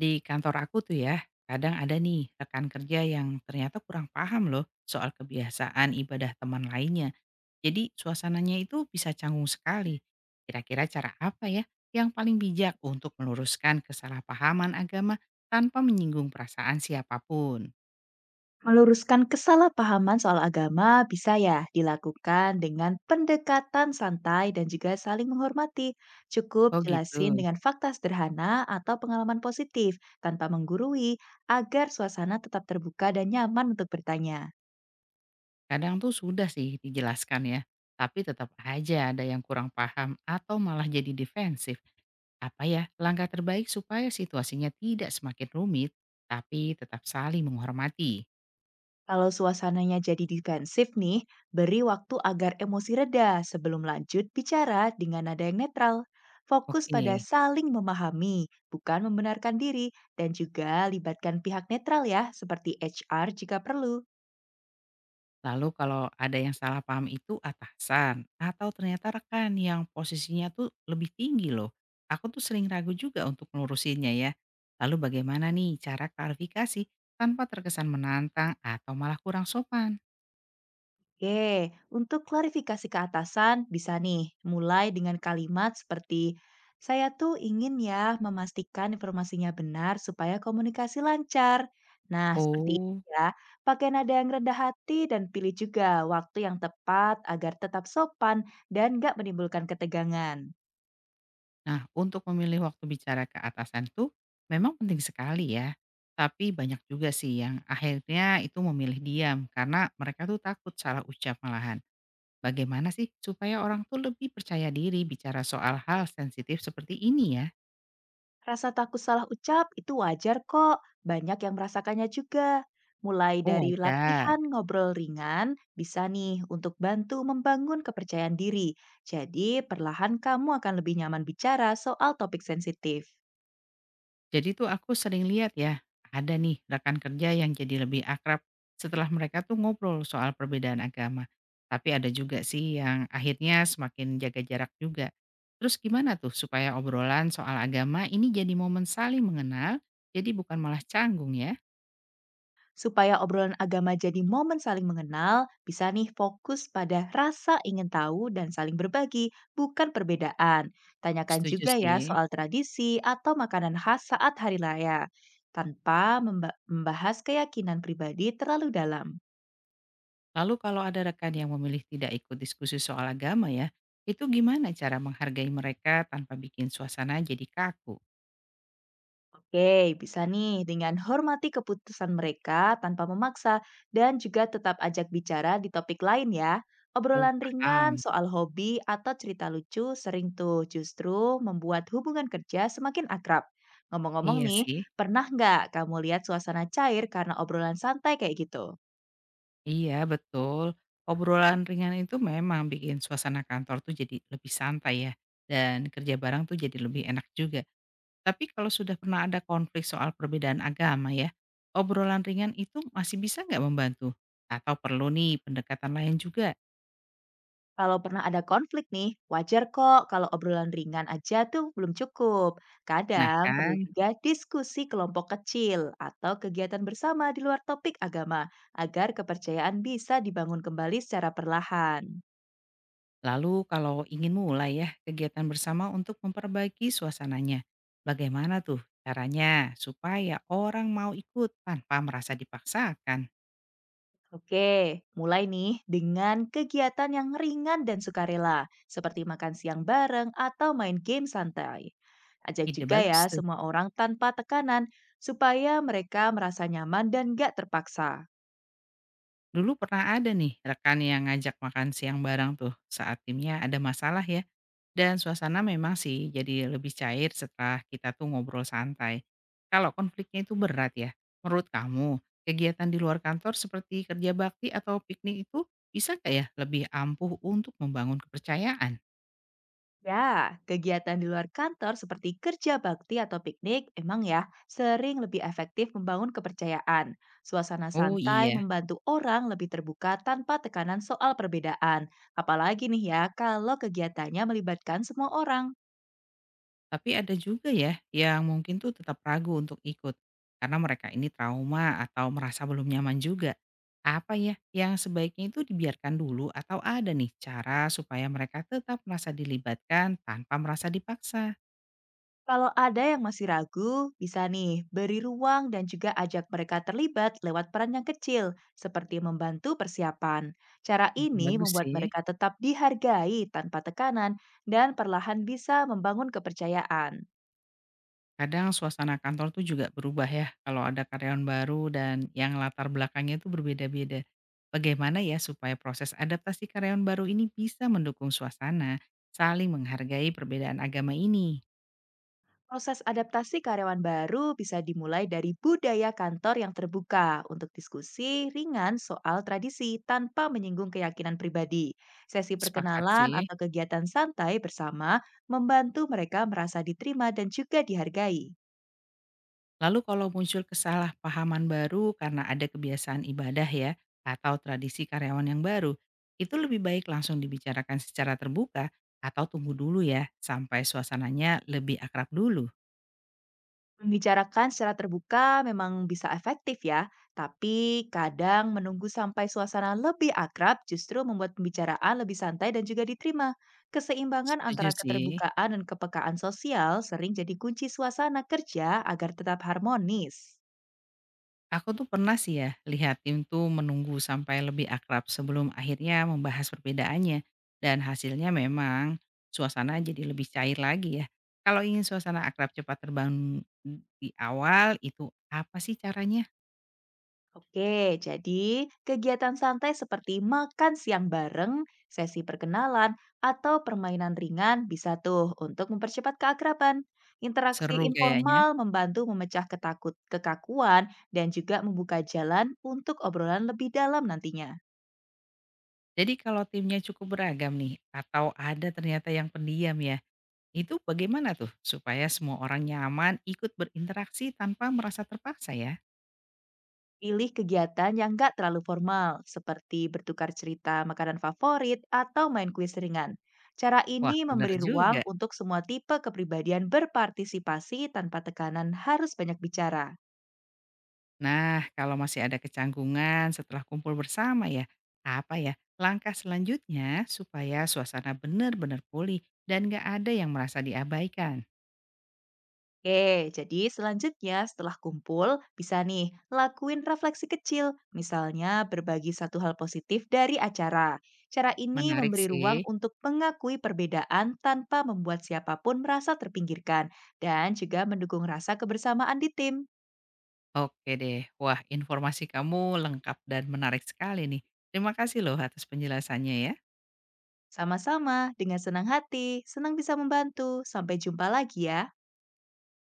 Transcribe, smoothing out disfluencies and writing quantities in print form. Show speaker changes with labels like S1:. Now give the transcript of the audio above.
S1: Di kantor aku tuh, ya, kadang ada nih rekan kerja yang ternyata kurang paham loh soal kebiasaan ibadah teman lainnya. Jadi suasananya itu bisa canggung sekali. Kira-kira cara apa ya yang paling bijak untuk meluruskan kesalahpahaman agama tanpa menyinggung perasaan siapapun?
S2: Meluruskan kesalahpahaman soal agama bisa ya dilakukan dengan pendekatan santai dan juga saling menghormati. Cukup
S1: Oh
S2: jelasin
S1: gitu.
S2: dengan fakta sederhana atau pengalaman positif tanpa menggurui agar suasana tetap terbuka dan nyaman untuk bertanya.
S1: Kadang tuh sudah sih dijelaskan ya, tapi tetap aja ada yang kurang paham atau malah jadi defensif. Apa ya, langkah terbaik supaya situasinya tidak semakin rumit, tapi tetap saling menghormati?
S2: Kalau suasananya jadi defensif nih, beri waktu agar emosi reda sebelum lanjut bicara dengan nada yang netral. Fokus pada
S1: Oke,
S2: saling memahami, bukan membenarkan diri, dan juga libatkan pihak netral ya, seperti HR jika perlu.
S1: lalu kalau ada yang salah paham itu atasan atau ternyata rekan yang posisinya tuh lebih tinggi loh. Aku tuh sering ragu juga untuk melurusinnya ya. Lalu bagaimana nih cara klarifikasi tanpa terkesan menantang atau malah kurang sopan?
S2: Oke, untuk klarifikasi ke atasan bisa nih mulai dengan kalimat seperti saya tuh ingin ya memastikan informasinya benar supaya komunikasi lancar. Nah, seperti itu
S1: Oh.
S2: ya. Pakai nada yang rendah hati dan pilih juga waktu yang tepat agar tetap sopan dan nggak menimbulkan ketegangan.
S1: Nah, untuk memilih waktu bicara ke atasan tuh memang penting sekali ya. Tapi banyak juga sih yang akhirnya itu memilih diam karena mereka tuh takut salah ucap malahan. Bagaimana sih supaya orang tuh lebih percaya diri bicara soal hal sensitif seperti ini ya?
S2: Rasa takut salah ucap itu wajar kok, banyak yang merasakannya juga. Mulai
S1: Oh,
S2: dari
S1: wajar.
S2: latihan ngobrol ringan, bisa nih untuk bantu membangun kepercayaan diri. Jadi, perlahan kamu akan lebih nyaman bicara soal topik sensitif.
S1: Jadi tuh aku sering lihat ya, ada nih rekan kerja yang jadi lebih akrab setelah mereka tuh ngobrol soal perbedaan agama. Tapi ada juga sih yang akhirnya semakin jaga jarak juga. Terus gimana tuh supaya obrolan soal agama ini jadi momen saling mengenal, jadi bukan malah canggung ya?
S2: Supaya obrolan agama jadi momen saling mengenal, bisa nih fokus pada rasa ingin tahu dan saling berbagi, bukan perbedaan. Tanyakan
S1: Setuju
S2: juga ya
S1: sih.
S2: soal tradisi atau makanan khas saat hari raya, tanpa membahas keyakinan pribadi terlalu dalam.
S1: Lalu kalau ada rekan yang memilih tidak ikut diskusi soal agama ya, itu gimana cara menghargai mereka tanpa bikin suasana jadi kaku?
S2: Oke, bisa nih dengan hormati keputusan mereka tanpa memaksa dan juga tetap ajak bicara di topik lain ya.
S1: Oh,
S2: Obrolan ringan
S1: paham.
S2: soal hobi atau cerita lucu sering tuh justru membuat hubungan kerja semakin akrab. Ngomong-ngomong
S1: Iya
S2: nih,
S1: sih.
S2: pernah nggak kamu lihat suasana cair karena obrolan santai kayak gitu?
S1: Iya, betul. Obrolan ringan itu memang bikin suasana kantor tuh jadi lebih santai ya, dan kerja bareng tuh jadi lebih enak juga. Tapi kalau sudah pernah ada konflik soal perbedaan agama ya, obrolan ringan itu masih bisa nggak membantu? Atau perlu nih pendekatan lain juga?
S2: Kalau pernah ada konflik nih, wajar kok kalau obrolan ringan aja tuh belum cukup.
S1: Nah
S2: Kadang perlu
S1: kan,
S2: juga diskusi kelompok kecil atau kegiatan bersama di luar topik agama agar kepercayaan bisa dibangun kembali secara perlahan.
S1: lalu kalau ingin mulai ya kegiatan bersama untuk memperbaiki suasananya, bagaimana tuh caranya supaya orang mau ikut tanpa merasa dipaksakan?
S2: Oke, mulai nih dengan kegiatan yang ringan dan sukarela, seperti makan siang bareng atau main game santai. Ajak
S1: Ide
S2: juga ya
S1: bagus tuh.
S2: semua orang tanpa tekanan supaya mereka merasa nyaman dan gak terpaksa.
S1: Dulu pernah ada nih rekan yang ngajak makan siang bareng tuh saat timnya ada masalah ya. Dan suasana memang sih jadi lebih cair setelah kita tuh ngobrol santai. Kalau konfliknya itu berat ya, menurut kamu kegiatan di luar kantor seperti kerja bakti atau piknik itu bisa kayak ya lebih ampuh untuk membangun kepercayaan?
S2: Ya, kegiatan di luar kantor seperti kerja bakti atau piknik emang ya sering lebih efektif membangun kepercayaan. Suasana
S1: Oh
S2: santai
S1: iya.
S2: membantu orang lebih terbuka tanpa tekanan soal perbedaan. Apalagi nih ya kalau kegiatannya melibatkan semua orang.
S1: Tapi ada juga ya yang mungkin tuh tetap ragu untuk ikut, karena mereka ini trauma atau merasa belum nyaman juga. Apa ya yang sebaiknya itu dibiarkan dulu atau ada nih cara supaya mereka tetap merasa dilibatkan tanpa merasa dipaksa?
S2: Kalau ada yang masih ragu, bisa nih beri ruang dan juga ajak mereka terlibat lewat peran yang kecil, seperti membantu persiapan. Cara
S1: Ide
S2: ini
S1: bagus
S2: membuat
S1: sih.
S2: mereka tetap dihargai tanpa tekanan dan perlahan bisa membangun kepercayaan.
S1: Kadang suasana kantor tuh juga berubah ya kalau ada karyawan baru dan yang latar belakangnya itu berbeda-beda. Bagaimana ya supaya proses adaptasi karyawan baru ini bisa mendukung suasana saling menghargai perbedaan agama ini?
S2: Proses adaptasi karyawan baru bisa dimulai dari budaya kantor yang terbuka untuk diskusi ringan soal tradisi tanpa menyinggung keyakinan pribadi. Sesi
S1: Sepakat
S2: perkenalan
S1: sih.
S2: atau kegiatan santai bersama membantu mereka merasa diterima dan juga dihargai.
S1: Lalu kalau muncul kesalahpahaman baru karena ada kebiasaan ibadah ya, atau tradisi karyawan yang baru, itu lebih baik langsung dibicarakan secara terbuka atau tunggu dulu ya sampai suasananya lebih akrab dulu.
S2: Membicarakan secara terbuka memang bisa efektif ya, tapi kadang menunggu sampai suasana lebih akrab justru membuat pembicaraan lebih santai dan juga diterima. Keseimbangan
S1: Setuju
S2: antara
S1: sih.
S2: keterbukaan dan kepekaan sosial sering jadi kunci suasana kerja agar tetap harmonis.
S1: Aku tuh pernah sih ya lihat tim tuh menunggu sampai lebih akrab sebelum akhirnya membahas perbedaannya. Dan hasilnya memang suasana jadi lebih cair lagi ya. Kalau ingin suasana akrab cepat terbangun di awal itu apa sih caranya?
S2: Oke, jadi kegiatan santai seperti makan siang bareng, sesi perkenalan, atau permainan ringan bisa tuh untuk mempercepat keakraban. Interaksi
S1: Seru kayaknya.
S2: informal membantu memecah ketakut kekakuan dan juga membuka jalan untuk obrolan lebih dalam nantinya.
S1: Jadi kalau timnya cukup beragam nih atau ada ternyata yang pendiam ya. Itu bagaimana tuh supaya semua orang nyaman ikut berinteraksi tanpa merasa terpaksa ya?
S2: Pilih kegiatan yang nggak terlalu formal, seperti bertukar cerita makanan favorit atau main kuis ringan. Cara
S1: Wah
S2: ini
S1: bener
S2: memberi ruang
S1: juga.
S2: untuk semua tipe kepribadian berpartisipasi tanpa tekanan harus banyak bicara.
S1: Nah, kalau masih ada kecanggungan setelah kumpul bersama ya, apa ya? Langkah selanjutnya supaya suasana benar-benar pulih dan gak ada yang merasa diabaikan.
S2: Oke, jadi selanjutnya setelah kumpul, bisa nih lakuin refleksi kecil, misalnya berbagi satu hal positif dari acara. Cara ini
S1: Menarik
S2: memberi
S1: sih.
S2: ruang untuk mengakui perbedaan tanpa membuat siapapun merasa terpinggirkan dan juga mendukung rasa kebersamaan di tim.
S1: Oke deh. Wah, informasi kamu lengkap dan menarik sekali nih. Terima kasih loh atas penjelasannya ya.
S2: Sama-sama, dengan senang hati, senang bisa membantu. Sampai jumpa lagi ya.